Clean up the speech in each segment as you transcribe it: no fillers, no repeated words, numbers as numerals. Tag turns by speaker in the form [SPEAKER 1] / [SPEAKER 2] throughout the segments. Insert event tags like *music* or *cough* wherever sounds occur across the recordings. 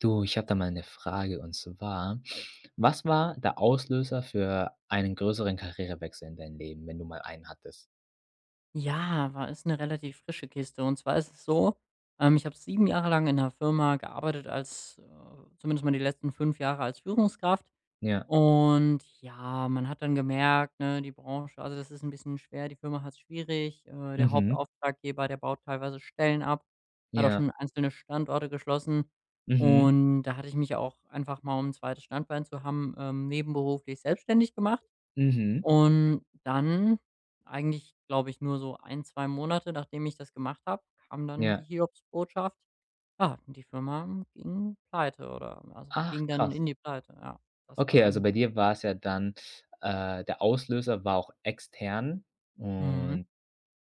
[SPEAKER 1] Du, ich habe da mal eine Frage, und zwar: Was war der Auslöser für einen größeren Karrierewechsel in deinem Leben, wenn du mal einen hattest?
[SPEAKER 2] Ja, war ist eine relativ frische Kiste. Und zwar ist es so, ich habe 7 Jahre lang in 'ner Firma gearbeitet als zumindest mal die letzten 5 Jahre als Führungskraft.
[SPEAKER 1] Ja.
[SPEAKER 2] Und ja, man hat dann gemerkt, ne, die Branche also, das ist ein bisschen schwer, die Firma hat es schwierig. Der
[SPEAKER 1] Mhm.
[SPEAKER 2] Hauptauftraggeber, der baut teilweise Stellen ab, hat auch
[SPEAKER 1] Ja.
[SPEAKER 2] schon einzelne Standorte geschlossen.
[SPEAKER 1] Mhm.
[SPEAKER 2] Und da hatte ich mich auch einfach mal, um ein zweites Standbein zu haben, nebenberuflich selbstständig gemacht.
[SPEAKER 1] Mhm.
[SPEAKER 2] Und dann eigentlich, glaube ich, nur so ein 2 Monate, nachdem ich das gemacht habe, kam dann die
[SPEAKER 1] Ja.
[SPEAKER 2] Hiobsbotschaft: Ja, die Firma ging pleite oder also,
[SPEAKER 1] Ach,
[SPEAKER 2] ging dann
[SPEAKER 1] krass.
[SPEAKER 2] in die Pleite, ja. Das war
[SPEAKER 1] Okay, also
[SPEAKER 2] dann
[SPEAKER 1] bei dir war es ja dann, der Auslöser war auch extern,
[SPEAKER 2] mhm.
[SPEAKER 1] und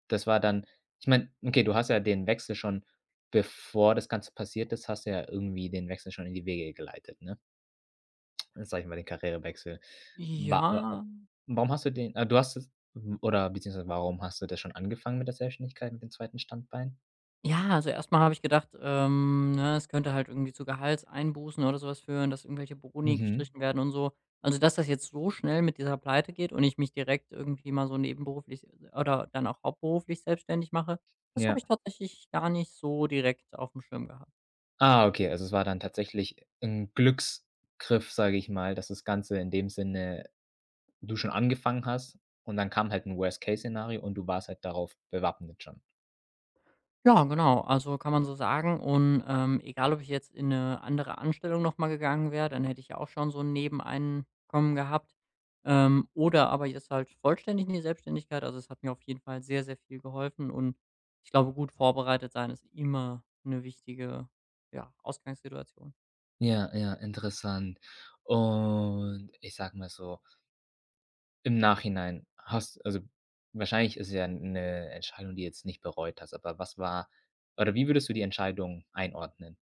[SPEAKER 1] das war dann, ich meine, okay, du hast ja den Wechsel schon, bevor das Ganze passiert ist, hast du ja irgendwie den Wechsel schon in die Wege geleitet, ne? Sage ich mal, den Karrierewechsel. Wa wa
[SPEAKER 2] Ja.
[SPEAKER 1] warum hast du den, du hast es, oder beziehungsweise warum hast du das schon angefangen mit der Selbstständigkeit, mit dem zweiten Standbein?
[SPEAKER 2] Ja, also erstmal habe ich gedacht, ne, es könnte halt irgendwie zu Gehaltseinbußen oder sowas führen, dass irgendwelche Boni
[SPEAKER 1] Mhm.
[SPEAKER 2] gestrichen werden und so. Also, dass das jetzt so schnell mit dieser Pleite geht und ich mich direkt irgendwie mal so nebenberuflich oder dann auch hauptberuflich selbstständig mache, das habe
[SPEAKER 1] Ja.
[SPEAKER 2] ich tatsächlich gar nicht so direkt auf dem Schirm gehabt.
[SPEAKER 1] Ah, okay, also es war dann tatsächlich 'n Glücksgriff, sage ich mal, dass das Ganze in dem Sinne, du schon angefangen hast und dann kam halt 'n Worst-Case-Szenario, und du warst halt darauf bewappnet schon.
[SPEAKER 2] Ja, genau. Also, kann man so sagen und, egal, ob ich jetzt in eine andere Anstellung noch mal gegangen wäre, dann hätte ich ja auch schon so ein Nebeneinkommen gehabt, oder aber jetzt halt vollständig in die Selbstständigkeit. Also, es hat mir auf jeden Fall sehr, sehr viel geholfen und ich glaube, gut vorbereitet sein ist immer eine wichtige, ja, Ausgangssituation.
[SPEAKER 1] Ja, ja, interessant. Und ich sage mal so: Im Nachhinein hast, also, wahrscheinlich ist es ja eine Entscheidung, die jetzt nicht bereut hast, aber was war, oder wie würdest du die Entscheidung einordnen?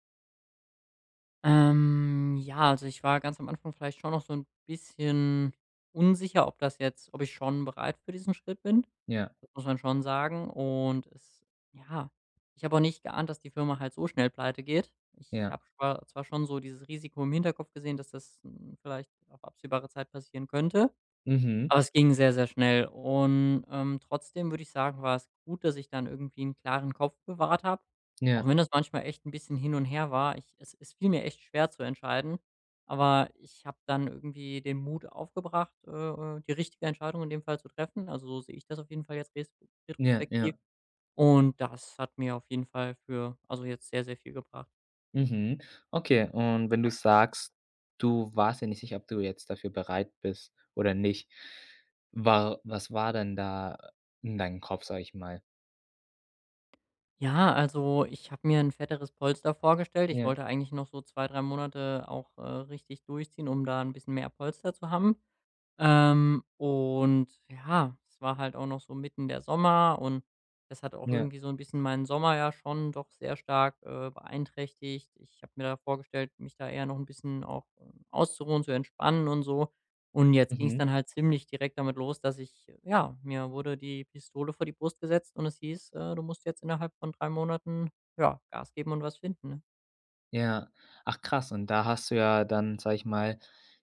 [SPEAKER 2] Ja, also ich war ganz am Anfang vielleicht schon noch so ein bisschen unsicher, ob das jetzt ob ich schon bereit für diesen Schritt bin.
[SPEAKER 1] Ja,
[SPEAKER 2] Das muss man schon sagen. Und es ja, ich habe auch nicht geahnt, dass die Firma halt so schnell pleitegeht. Ich
[SPEAKER 1] ja.
[SPEAKER 2] habe schwa zwar schon so dieses Risiko im Hinterkopf gesehen, dass das, hm, vielleicht auf absehbare Zeit passieren könnte.
[SPEAKER 1] Mhm.
[SPEAKER 2] Aber es ging sehr, sehr schnell und, trotzdem würde ich sagen, war es gut, dass ich dann irgendwie einen klaren Kopf bewahrt habe, auch
[SPEAKER 1] Ja,
[SPEAKER 2] wenn das manchmal echt ein bisschen hin und her war. Ich Es fiel mir echt schwer zu entscheiden, aber ich habe dann irgendwie den Mut aufgebracht, die richtige Entscheidung in dem Fall zu treffen. Also, so sehe ich das auf jeden Fall jetzt res
[SPEAKER 1] ja,
[SPEAKER 2] retrospektiv
[SPEAKER 1] ja.
[SPEAKER 2] und das hat mir auf jeden Fall für also, jetzt sehr, sehr viel gebracht.
[SPEAKER 1] Mhm. Okay, und wenn du sagst, du warst ja nicht sicher, ob du jetzt dafür bereit bist oder nicht, war was war denn da in deinem Kopf, sag ich mal?
[SPEAKER 2] Ja, also ich habe mir ein fetteres Polster vorgestellt. Ich
[SPEAKER 1] Ja,
[SPEAKER 2] wollte eigentlich noch so 2, 3 Monate auch, richtig durchziehen, um da ein bisschen mehr Polster zu haben. Und ja, es war halt auch noch so mitten der Sommer und das hat auch
[SPEAKER 1] ja.
[SPEAKER 2] irgendwie so ein bisschen meinen Sommer ja schon doch sehr stark, beeinträchtigt. Ich habe mir da vorgestellt, mich da eher noch ein bisschen auch, auszuruhen, zu entspannen und so. Und jetzt ging es
[SPEAKER 1] Mhm.
[SPEAKER 2] dann halt ziemlich direkt damit los, dass ich ja, mir wurde die Pistole vor die Brust gesetzt und es hieß, „Du musst jetzt innerhalb von 3 Monaten, ja, Gas geben und was finden“, ne?
[SPEAKER 1] Ja. Ach, krass, und da hast du ja dann, sage ich mal,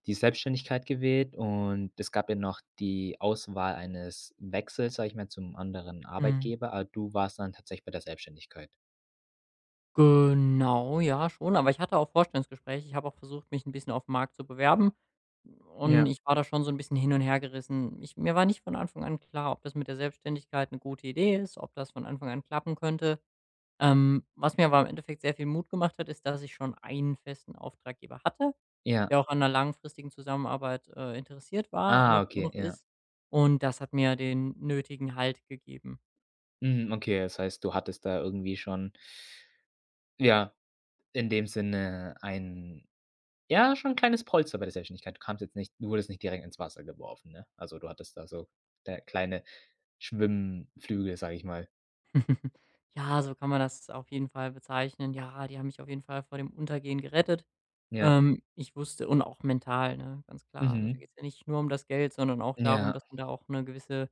[SPEAKER 1] die Selbstständigkeit gewählt, und es gab ja noch die Auswahl eines Wechsels, sage ich mal, zum anderen
[SPEAKER 2] Mhm.
[SPEAKER 1] Arbeitgeber, aber du warst dann tatsächlich bei der Selbstständigkeit.
[SPEAKER 2] Genau, ja, schon. Aber ich hatte auch Vorstellungsgespräche. Ich habe auch versucht, mich ein bisschen auf 'm Markt zu bewerben. Und
[SPEAKER 1] Ja,
[SPEAKER 2] ich war da schon so ein bisschen hin und hergerissen. Ich Mir war nicht von Anfang an klar, ob das mit der Selbstständigkeit eine gute Idee ist, ob das von Anfang an klappen könnte. Was mir aber im Endeffekt sehr viel Mut gemacht hat, ist, dass ich schon einen festen Auftraggeber hatte,
[SPEAKER 1] ja.
[SPEAKER 2] der auch an einer langfristigen Zusammenarbeit, interessiert war und
[SPEAKER 1] Ah,
[SPEAKER 2] auch immer
[SPEAKER 1] okay,
[SPEAKER 2] noch
[SPEAKER 1] ja.
[SPEAKER 2] ist. Und das hat mir den nötigen Halt gegeben.
[SPEAKER 1] Mhm, okay, das heißt, du hattest da irgendwie schon, ja, in dem Sinne ein, ja, schon ein kleines Polster bei der Selbstständigkeit. Du wurdest nicht direkt ins Wasser geworfen, ne? Also, du hattest da so, der kleine Schwimmflügel, sage ich mal.
[SPEAKER 2] *laughs* Ja, so kann man das auf jeden Fall bezeichnen. Ja, die haben mich auf jeden Fall vor dem Untergehen gerettet.
[SPEAKER 1] Ja,
[SPEAKER 2] Ich wusste und auch mental, ne, ganz klar. Also, da
[SPEAKER 1] mhm.
[SPEAKER 2] geht es ja nicht nur um das Geld, sondern auch darum,
[SPEAKER 1] Ja,
[SPEAKER 2] dass man da auch eine gewisse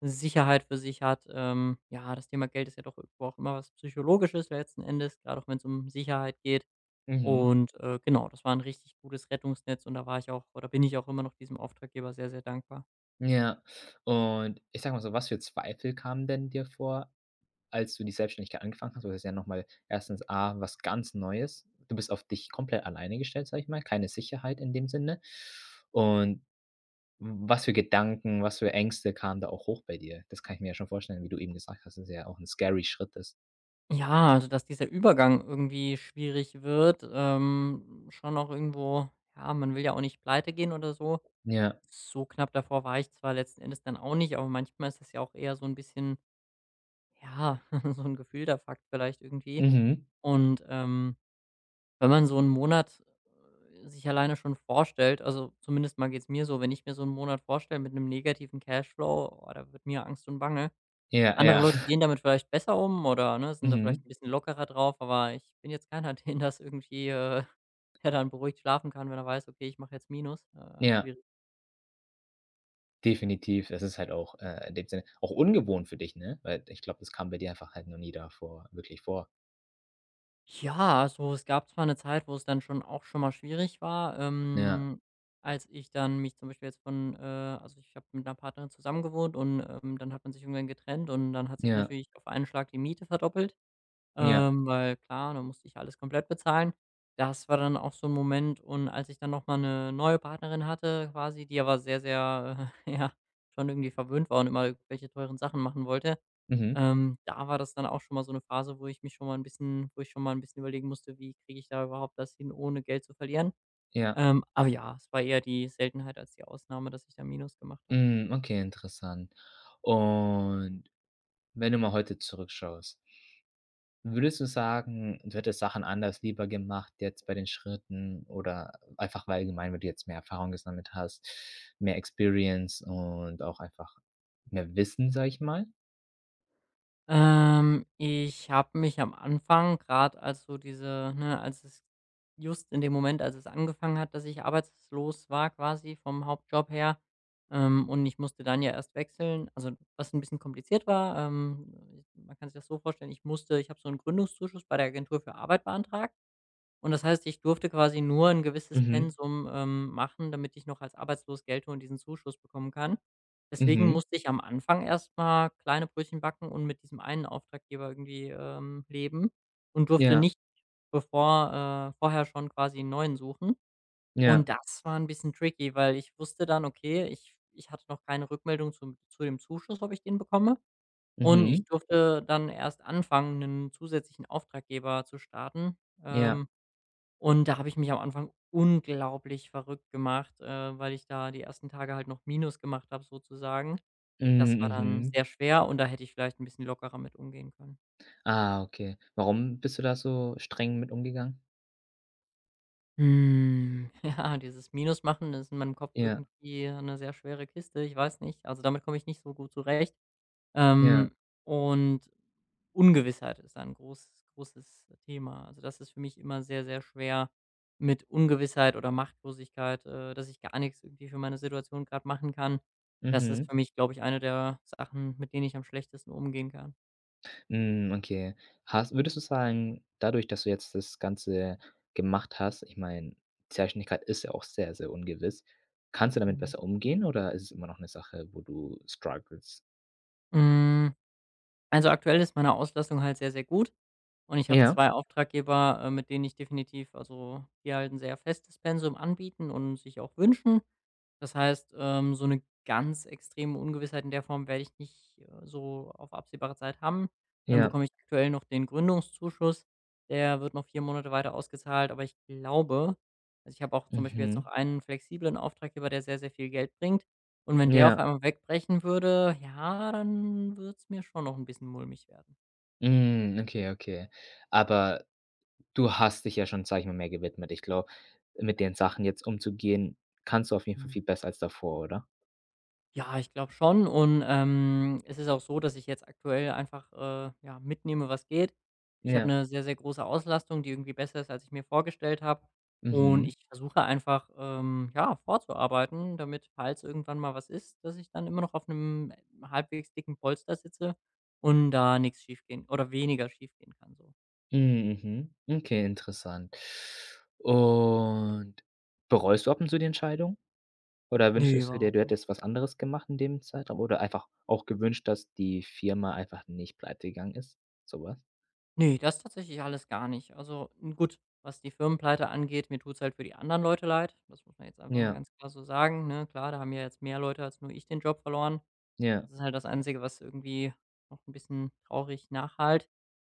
[SPEAKER 2] Sicherheit für sich hat. Ja, das Thema Geld ist ja doch irgendwo auch immer was Psychologisches letzten Endes, gerade auch wenn es um Sicherheit geht.
[SPEAKER 1] mhm,
[SPEAKER 2] Und, genau, das war ein richtig gutes Rettungsnetz und da war ich auch oder bin ich auch immer noch diesem Auftraggeber sehr, sehr dankbar.
[SPEAKER 1] ja. Und ich sage mal so, was für Zweifel kamen denn dir vor, als du die Selbstständigkeit angefangen hast? Weil das ist ja nochmal erstens A, was ganz Neues. Du bist auf dich komplett alleine gestellt, sage ich mal, keine Sicherheit in dem Sinne. Und was für Gedanken, was für Ängste kamen da auch hoch bei dir? Das kann ich mir ja schon vorstellen, wie du eben gesagt hast, dass es ja auch ein scary Schritt ist.
[SPEAKER 2] Ja, also dass dieser Übergang irgendwie schwierig wird, schon auch irgendwo ja, man will ja auch nicht pleite gehen oder so.
[SPEAKER 1] Ja,
[SPEAKER 2] So knapp davor war ich zwar letzten Endes dann auch nicht, aber manchmal ist das ja auch eher so ein bisschen, ja, *laughs* so 'n gefühlter Fakt vielleicht irgendwie.
[SPEAKER 1] mhm,
[SPEAKER 2] Und, wenn man so einen Monat, sich alleine schon vorstellt also zumindest mal geht's mir so, wenn ich mir so einen Monat vorstelle mit einem negativen Cashflow, oh, da wird mir Angst und Bange.
[SPEAKER 1] ja,
[SPEAKER 2] Andere
[SPEAKER 1] ja,
[SPEAKER 2] Leute gehen
[SPEAKER 1] *laughs*
[SPEAKER 2] damit vielleicht besser um oder, ne, sind da
[SPEAKER 1] mhm,
[SPEAKER 2] vielleicht ein bisschen lockerer drauf, aber ich bin jetzt keiner, *laughs* den das irgendwie, der dann beruhigt schlafen kann, wenn er weiß: „Okay, ich mache jetzt Minus.“
[SPEAKER 1] ja.
[SPEAKER 2] schwierig.
[SPEAKER 1] Definitiv. Es ist halt auch, in dem Sinne auch ungewohnt für dich, ne? Weil ich glaube, das kam bei dir einfach halt noch nie davor wirklich vor.
[SPEAKER 2] Ja, also, es gab zwar eine Zeit, wo es dann schon auch schon mal schwierig war,
[SPEAKER 1] Ja,
[SPEAKER 2] als ich dann mich zum Beispiel jetzt von, also, ich habe mit einer Partnerin zusammengewohnt und, dann hat man sich irgendwann getrennt und dann hat sich
[SPEAKER 1] ja,
[SPEAKER 2] natürlich auf einen Schlag die Miete verdoppelt.
[SPEAKER 1] ja.
[SPEAKER 2] Weil klar, dann musste ich alles komplett bezahlen. Das war dann auch so ein Moment und als ich dann noch mal 'ne neue Partnerin hatte quasi, die aber sehr, sehr, *laughs* ja, schon irgendwie verwöhnt war und immer irgendwelche teuren Sachen machen wollte,
[SPEAKER 1] Mhm.
[SPEAKER 2] da war das dann auch schon mal so eine Phase, wo ich schon mal ein bisschen überlegen musste: „Wie kriege ich da überhaupt das hin, ohne Geld zu verlieren?“
[SPEAKER 1] Ja.
[SPEAKER 2] Aber ja, es war eher die Seltenheit als die Ausnahme, dass ich da Minus gemacht habe.
[SPEAKER 1] Hm, okay, interessant. Und wenn du mal heute zurückschaust, würdest du sagen, du hättest Sachen anders lieber gemacht jetzt bei den Schritten oder einfach weil allgemein, weil du jetzt mehr Erfahrung gesammelt hast, mehr Experience und auch einfach mehr Wissen, sage ich mal?
[SPEAKER 2] Ich habe mich am Anfang, gerade als so diese ne, als es just in dem Moment, als es angefangen hat, dass ich arbeitslos war quasi vom Hauptjob her, und ich musste dann ja erst wechseln, also, was ein bisschen kompliziert war, man kann sich das so vorstellen, ich habe so einen Gründungszuschuss bei der Agentur für Arbeit beantragt und das heißt, ich durfte quasi nur ein gewisses
[SPEAKER 1] Mhm.
[SPEAKER 2] Pensum, machen, damit ich noch als arbeitslos gelte und diesen Zuschuss bekommen kann. Deswegen
[SPEAKER 1] Mhm.
[SPEAKER 2] musste ich am Anfang erst mal kleine Brötchen backen und mit diesem einen Auftraggeber irgendwie, leben und durfte
[SPEAKER 1] Ja.
[SPEAKER 2] nicht bevor vorher schon quasi einen neuen suchen.
[SPEAKER 1] Ja.
[SPEAKER 2] Und das war ein bisschen tricky, weil ich wusste dann, okay, ich hatte noch keine Rückmeldung zum zu dem Zuschuss, ob ich den bekomme. Und ich
[SPEAKER 1] Mhm.
[SPEAKER 2] durfte dann erst anfangen, einen zusätzlichen Auftraggeber zu starten.
[SPEAKER 1] Ja.
[SPEAKER 2] Ähm. Und da habe ich mich am Anfang unglaublich verrückt gemacht, weil ich da die ersten Tage halt noch Minus gemacht habe sozusagen.
[SPEAKER 1] Hm,
[SPEAKER 2] Das war dann
[SPEAKER 1] mhm.
[SPEAKER 2] sehr schwer und da hätte ich vielleicht ein bisschen lockerer mit umgehen können.
[SPEAKER 1] Ah, okay. Warum bist du da so streng mit umgegangen?
[SPEAKER 2] Hm, *laughs* ja, dieses Minus machen ist in meinem Kopf
[SPEAKER 1] Ja,
[SPEAKER 2] irgendwie eine sehr schwere Kiste. Ich weiß nicht. Also, damit komme ich nicht so gut zurecht.
[SPEAKER 1] ja,
[SPEAKER 2] Ähm, und Ungewissheit ist da ein großes großes Thema. Also, das ist für mich immer sehr, sehr schwer mit Ungewissheit oder Machtlosigkeit, dass ich gar nichts irgendwie für meine Situation gerade machen kann. Das ist
[SPEAKER 1] mhm.
[SPEAKER 2] für mich, glaube ich, eine der Sachen, mit denen ich am schlechtesten umgehen kann.
[SPEAKER 1] Hm, okay. Hast Würdest du sagen, dadurch, dass du jetzt das Ganze gemacht hast, ich meine, Selbstständigkeit ist ja auch sehr, sehr ungewiss. Kannst du damit
[SPEAKER 2] Mhm.
[SPEAKER 1] besser umgehen, oder ist es immer noch eine Sache, wo du struggles?
[SPEAKER 2] Hm. Also, aktuell ist meine Auslastung halt sehr, sehr gut und ich habe
[SPEAKER 1] Ja,
[SPEAKER 2] 2 Auftraggeber, mit denen ich definitiv also, die halt ein sehr festes Pensum anbieten und sich auch wünschen. Das heißt, so eine ganz extreme Ungewissheit in der Form werde ich nicht, so auf absehbare Zeit haben. Dann
[SPEAKER 1] ja,
[SPEAKER 2] bekomme ich aktuell noch den Gründungszuschuss. Der wird noch 4 Monate weiter ausgezahlt, aber ich glaube also, ich habe auch zum Beispiel jetzt noch
[SPEAKER 1] mhm,
[SPEAKER 2] einen flexiblen Auftraggeber, der sehr, sehr viel Geld bringt. Und wenn der auf
[SPEAKER 1] ja.
[SPEAKER 2] einmal wegbrechen würde, ja, dann würd's mir schon noch ein bisschen mulmig werden.
[SPEAKER 1] Hm, okay, okay. Aber du hast dich ja schon, sage ich mal, mehr gewidmet. Ich glaube, mit den Sachen jetzt umzugehen, kannst du auf jeden Fall
[SPEAKER 2] Mhm.
[SPEAKER 1] viel besser als davor, oder?
[SPEAKER 2] Ja, ich glaube schon und, es ist auch so, dass ich jetzt aktuell einfach, ja, mitnehme, was geht. Ich habe
[SPEAKER 1] Ja.
[SPEAKER 2] eine sehr, sehr große Auslastung, die irgendwie besser ist, als ich mir vorgestellt habe und
[SPEAKER 1] Mhm.
[SPEAKER 2] ich versuche einfach, ja, vorzuarbeiten, damit, falls irgendwann mal was ist, dass ich dann immer noch auf einem halbwegs dicken Polster sitze und da nichts schiefgehen oder weniger schiefgehen kann so.
[SPEAKER 1] Mhm, mhm. Okay, interessant. Und bereust du ab und zu die Entscheidung? Oder
[SPEAKER 2] Ne,
[SPEAKER 1] wünschtest du dir,
[SPEAKER 2] überhaupt
[SPEAKER 1] du
[SPEAKER 2] nicht.
[SPEAKER 1] hättest was anderes gemacht in dem Zeitraum? Oder einfach auch gewünscht, dass die Firma einfach nicht pleitegegangen ist? Sowas?
[SPEAKER 2] Ne, das tatsächlich alles gar nicht. Also, hm, gut, was die Firmenpleite angeht, mir tut's halt für die anderen Leute leid. Das muss man jetzt einfach mal
[SPEAKER 1] Ja,
[SPEAKER 2] ganz klar so sagen, ne? Klar, da haben ja jetzt mehr Leute als nur ich den Job verloren.
[SPEAKER 1] ja.
[SPEAKER 2] Das ist halt das Einzige, was irgendwie noch ein bisschen traurig nachhalt.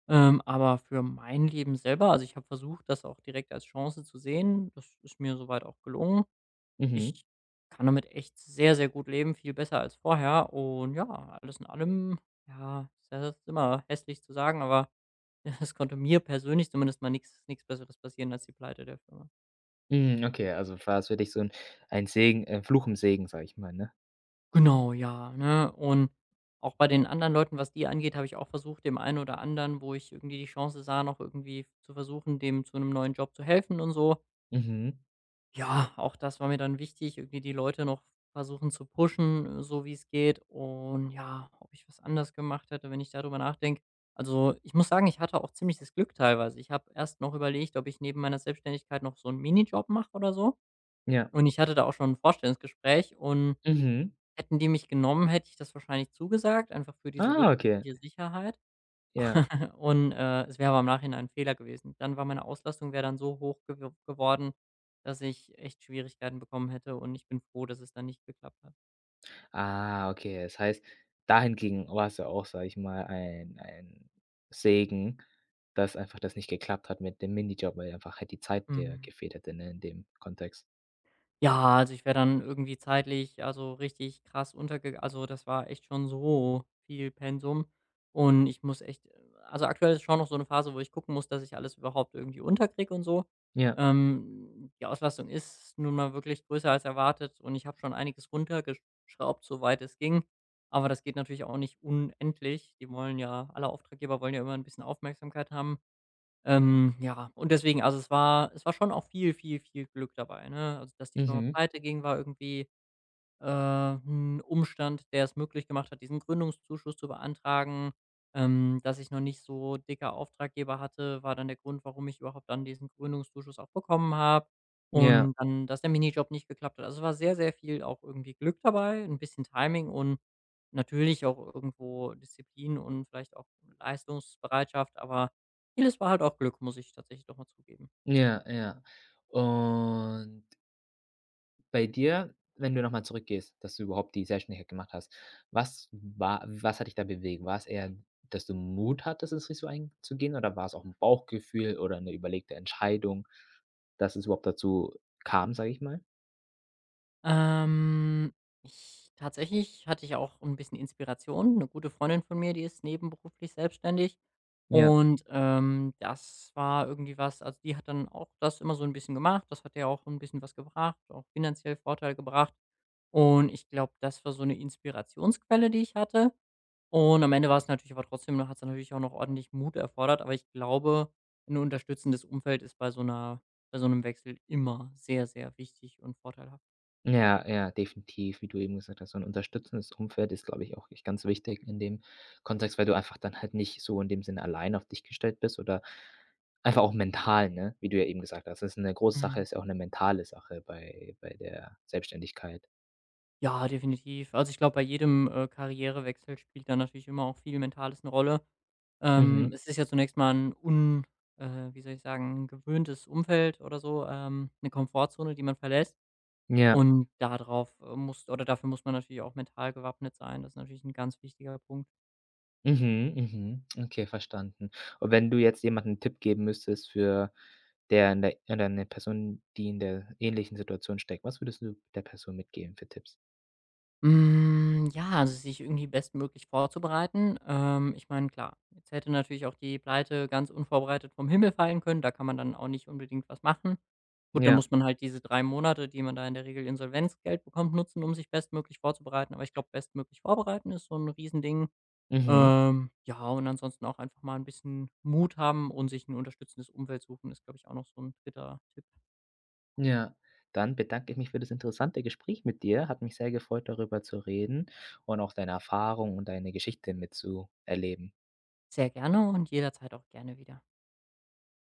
[SPEAKER 2] Aber für mein Leben selber, also, ich habe versucht, das auch direkt als Chance zu sehen. Das ist mir soweit auch gelungen.
[SPEAKER 1] Mhm.
[SPEAKER 2] Ich kann damit echt sehr, sehr gut leben, viel besser als vorher. Und ja, alles in allem, ja, das ist ja immer hässlich zu sagen, aber *laughs* es konnte mir persönlich zumindest mal nichts Besseres passieren als die Pleite der Firma.
[SPEAKER 1] Mhm, okay, also war es für dich so 'n ein Segen, ein Fluch im Segen, sage ich mal, ne?
[SPEAKER 2] Genau, ja, ne? Und auch bei den anderen Leuten, was die angeht, habe ich auch versucht, dem einen oder anderen, wo ich irgendwie die Chance sah, noch irgendwie zu versuchen, dem zu einem neuen Job zu helfen und so.
[SPEAKER 1] Mhm.
[SPEAKER 2] Ja, auch das war mir dann wichtig, irgendwie die Leute noch versuchen zu pushen, so wie es geht. Und ja, ob ich was anders gemacht hätte, wenn ich darüber nachdenke, also, ich muss sagen, ich hatte auch ziemliches Glück teilweise. Ich habe erst noch überlegt, ob ich neben meiner Selbstständigkeit noch so einen Minijob mache oder so.
[SPEAKER 1] Ja.
[SPEAKER 2] Und ich hatte da auch schon 'n Vorstellungsgespräch, und
[SPEAKER 1] Mhm.
[SPEAKER 2] hätten die mich genommen, hätte ich das wahrscheinlich zugesagt, einfach für diese
[SPEAKER 1] Ah, okay,
[SPEAKER 2] wirtschaftliche Sicherheit.
[SPEAKER 1] ja.
[SPEAKER 2] *laughs* Und, es wäre aber im Nachhinein ein Fehler gewesen. Dann war meine Auslastung wäre dann so hoch geworden, dass ich echt Schwierigkeiten bekommen hätte, und ich bin froh, dass es dann nicht geklappt hat.
[SPEAKER 1] Ah, okay. Das heißt, dahingegen war's ja auch, sage ich mal, ein Segen, dass einfach das nicht geklappt hat mit dem Minijob, weil einfach halt die Zeit dir
[SPEAKER 2] Mhm.
[SPEAKER 1] gefehlt hätte, ne, in dem Kontext.
[SPEAKER 2] Ja, also ich wäre dann irgendwie zeitlich, also, richtig krass untergegangen. Also, das war echt schon so viel Pensum, und ich muss echt, also, aktuell ist schon noch so eine Phase, wo ich gucken muss, dass ich alles überhaupt irgendwie unterkriege und so.
[SPEAKER 1] Ja.
[SPEAKER 2] Die Auslastung ist nun mal wirklich größer als erwartet, und ich habe schon einiges runtergeschraubt, soweit es ging, aber das geht natürlich auch nicht unendlich. Die wollen ja alle Auftraggeber wollen ja immer ein bisschen Aufmerksamkeit haben. Ja, und deswegen, also, es war schon auch viel, viel, viel Glück dabei, ne? Also, dass die Firma
[SPEAKER 1] Mhm.
[SPEAKER 2] pleiteging, war irgendwie, 'n Umstand, der es möglich gemacht hat, diesen Gründungszuschuss zu beantragen. Dass ich noch nicht so dicke Auftraggeber hatte, war dann der Grund, warum ich überhaupt dann diesen Gründungszuschuss auch bekommen habe.
[SPEAKER 1] Ja,
[SPEAKER 2] Und dann, dass der Minijob nicht geklappt hat. Also, es war sehr, sehr viel auch irgendwie Glück dabei, ein bisschen Timing, und natürlich auch irgendwo Disziplin und vielleicht auch Leistungsbereitschaft, aber vieles war halt auch Glück, muss ich tatsächlich doch mal zugeben.
[SPEAKER 1] ja, ja. Und bei dir, wenn du nochmal zurückgehst, dass du überhaupt die Selbstständigkeit gemacht hast, was hat dich da bewegt? War's eher, dass du Mut hattest, das Risiko einzugehen, oder war es auch ein Bauchgefühl oder eine überlegte Entscheidung, dass es überhaupt dazu kam, sage ich mal?
[SPEAKER 2] Ähm, ich tatsächlich, hatte ich auch ein bisschen Inspiration. Eine gute Freundin von mir, die ist nebenberuflich selbstständig,
[SPEAKER 1] Ja.
[SPEAKER 2] und, das war irgendwie was, also, die hat dann auch das immer so ein bisschen gemacht. Das hat ja auch ein bisschen was gebracht, auch finanziell Vorteil gebracht. Und ich glaube, das war so eine Inspirationsquelle, die ich hatte. Und am Ende war es natürlich, aber trotzdem hat es natürlich auch noch ordentlich Mut erfordert, aber ich glaube, ein unterstützendes Umfeld ist bei so einem Wechsel immer sehr, sehr wichtig und vorteilhaft.
[SPEAKER 1] Ja, ja, definitiv, wie du eben gesagt hast, so ein unterstützendes Umfeld ist, glaube ich, auch echt ganz wichtig in dem Kontext, weil du einfach dann halt nicht so in dem Sinne allein auf dich gestellt bist, oder einfach auch mental, ne, wie du ja eben gesagt hast. Das ist eine große Sache,
[SPEAKER 2] Mhm.
[SPEAKER 1] ist ja auch eine mentale Sache bei der Selbstständigkeit.
[SPEAKER 2] Ja, definitiv. Also, ich glaube, bei jedem, Karrierewechsel spielt da natürlich immer auch viel Mentales eine Rolle. Ähm,
[SPEAKER 1] Mhm.
[SPEAKER 2] es ist ja zunächst mal ein un wie soll ich sagen, gewöhntes Umfeld oder so, 'ne Komfortzone, die man verlässt.
[SPEAKER 1] Ja.
[SPEAKER 2] Und darauf, muss oder dafür muss man natürlich auch mental gewappnet sein. Das ist natürlich ein ganz wichtiger Punkt.
[SPEAKER 1] Mhm, mhm. Okay, verstanden. Und wenn du jetzt jemandem einen Tipp geben müsstest, für der in der oder eine Person, die in der ähnlichen Situation steckt, was würdest du der Person mitgeben für Tipps?
[SPEAKER 2] Hm, ja, also, sich irgendwie bestmöglich vorzubereiten. Ich meine, klar, jetzt hätte natürlich auch die Pleite ganz unvorbereitet vom Himmel fallen können. Da kann man dann auch nicht unbedingt was machen. Gut, dann
[SPEAKER 1] Ja.
[SPEAKER 2] muss man halt diese 3 Monate, die man da in der Regel Insolvenzgeld bekommt, nutzen, um sich bestmöglich vorzubereiten. Aber ich glaube, bestmöglich vorbereiten ist so ein Riesending.
[SPEAKER 1] Mhm.
[SPEAKER 2] Ja, und ansonsten auch einfach mal ein bisschen Mut haben und sich ein unterstützendes Umfeld suchen, ist, glaube ich, auch noch so ein 3. Tipp.
[SPEAKER 1] Ja, dann bedanke ich mich für das interessante Gespräch mit dir. Hat mich sehr gefreut, darüber zu reden und auch deine Erfahrung und deine Geschichte mitzuerleben.
[SPEAKER 2] Sehr gerne und jederzeit auch gerne wieder.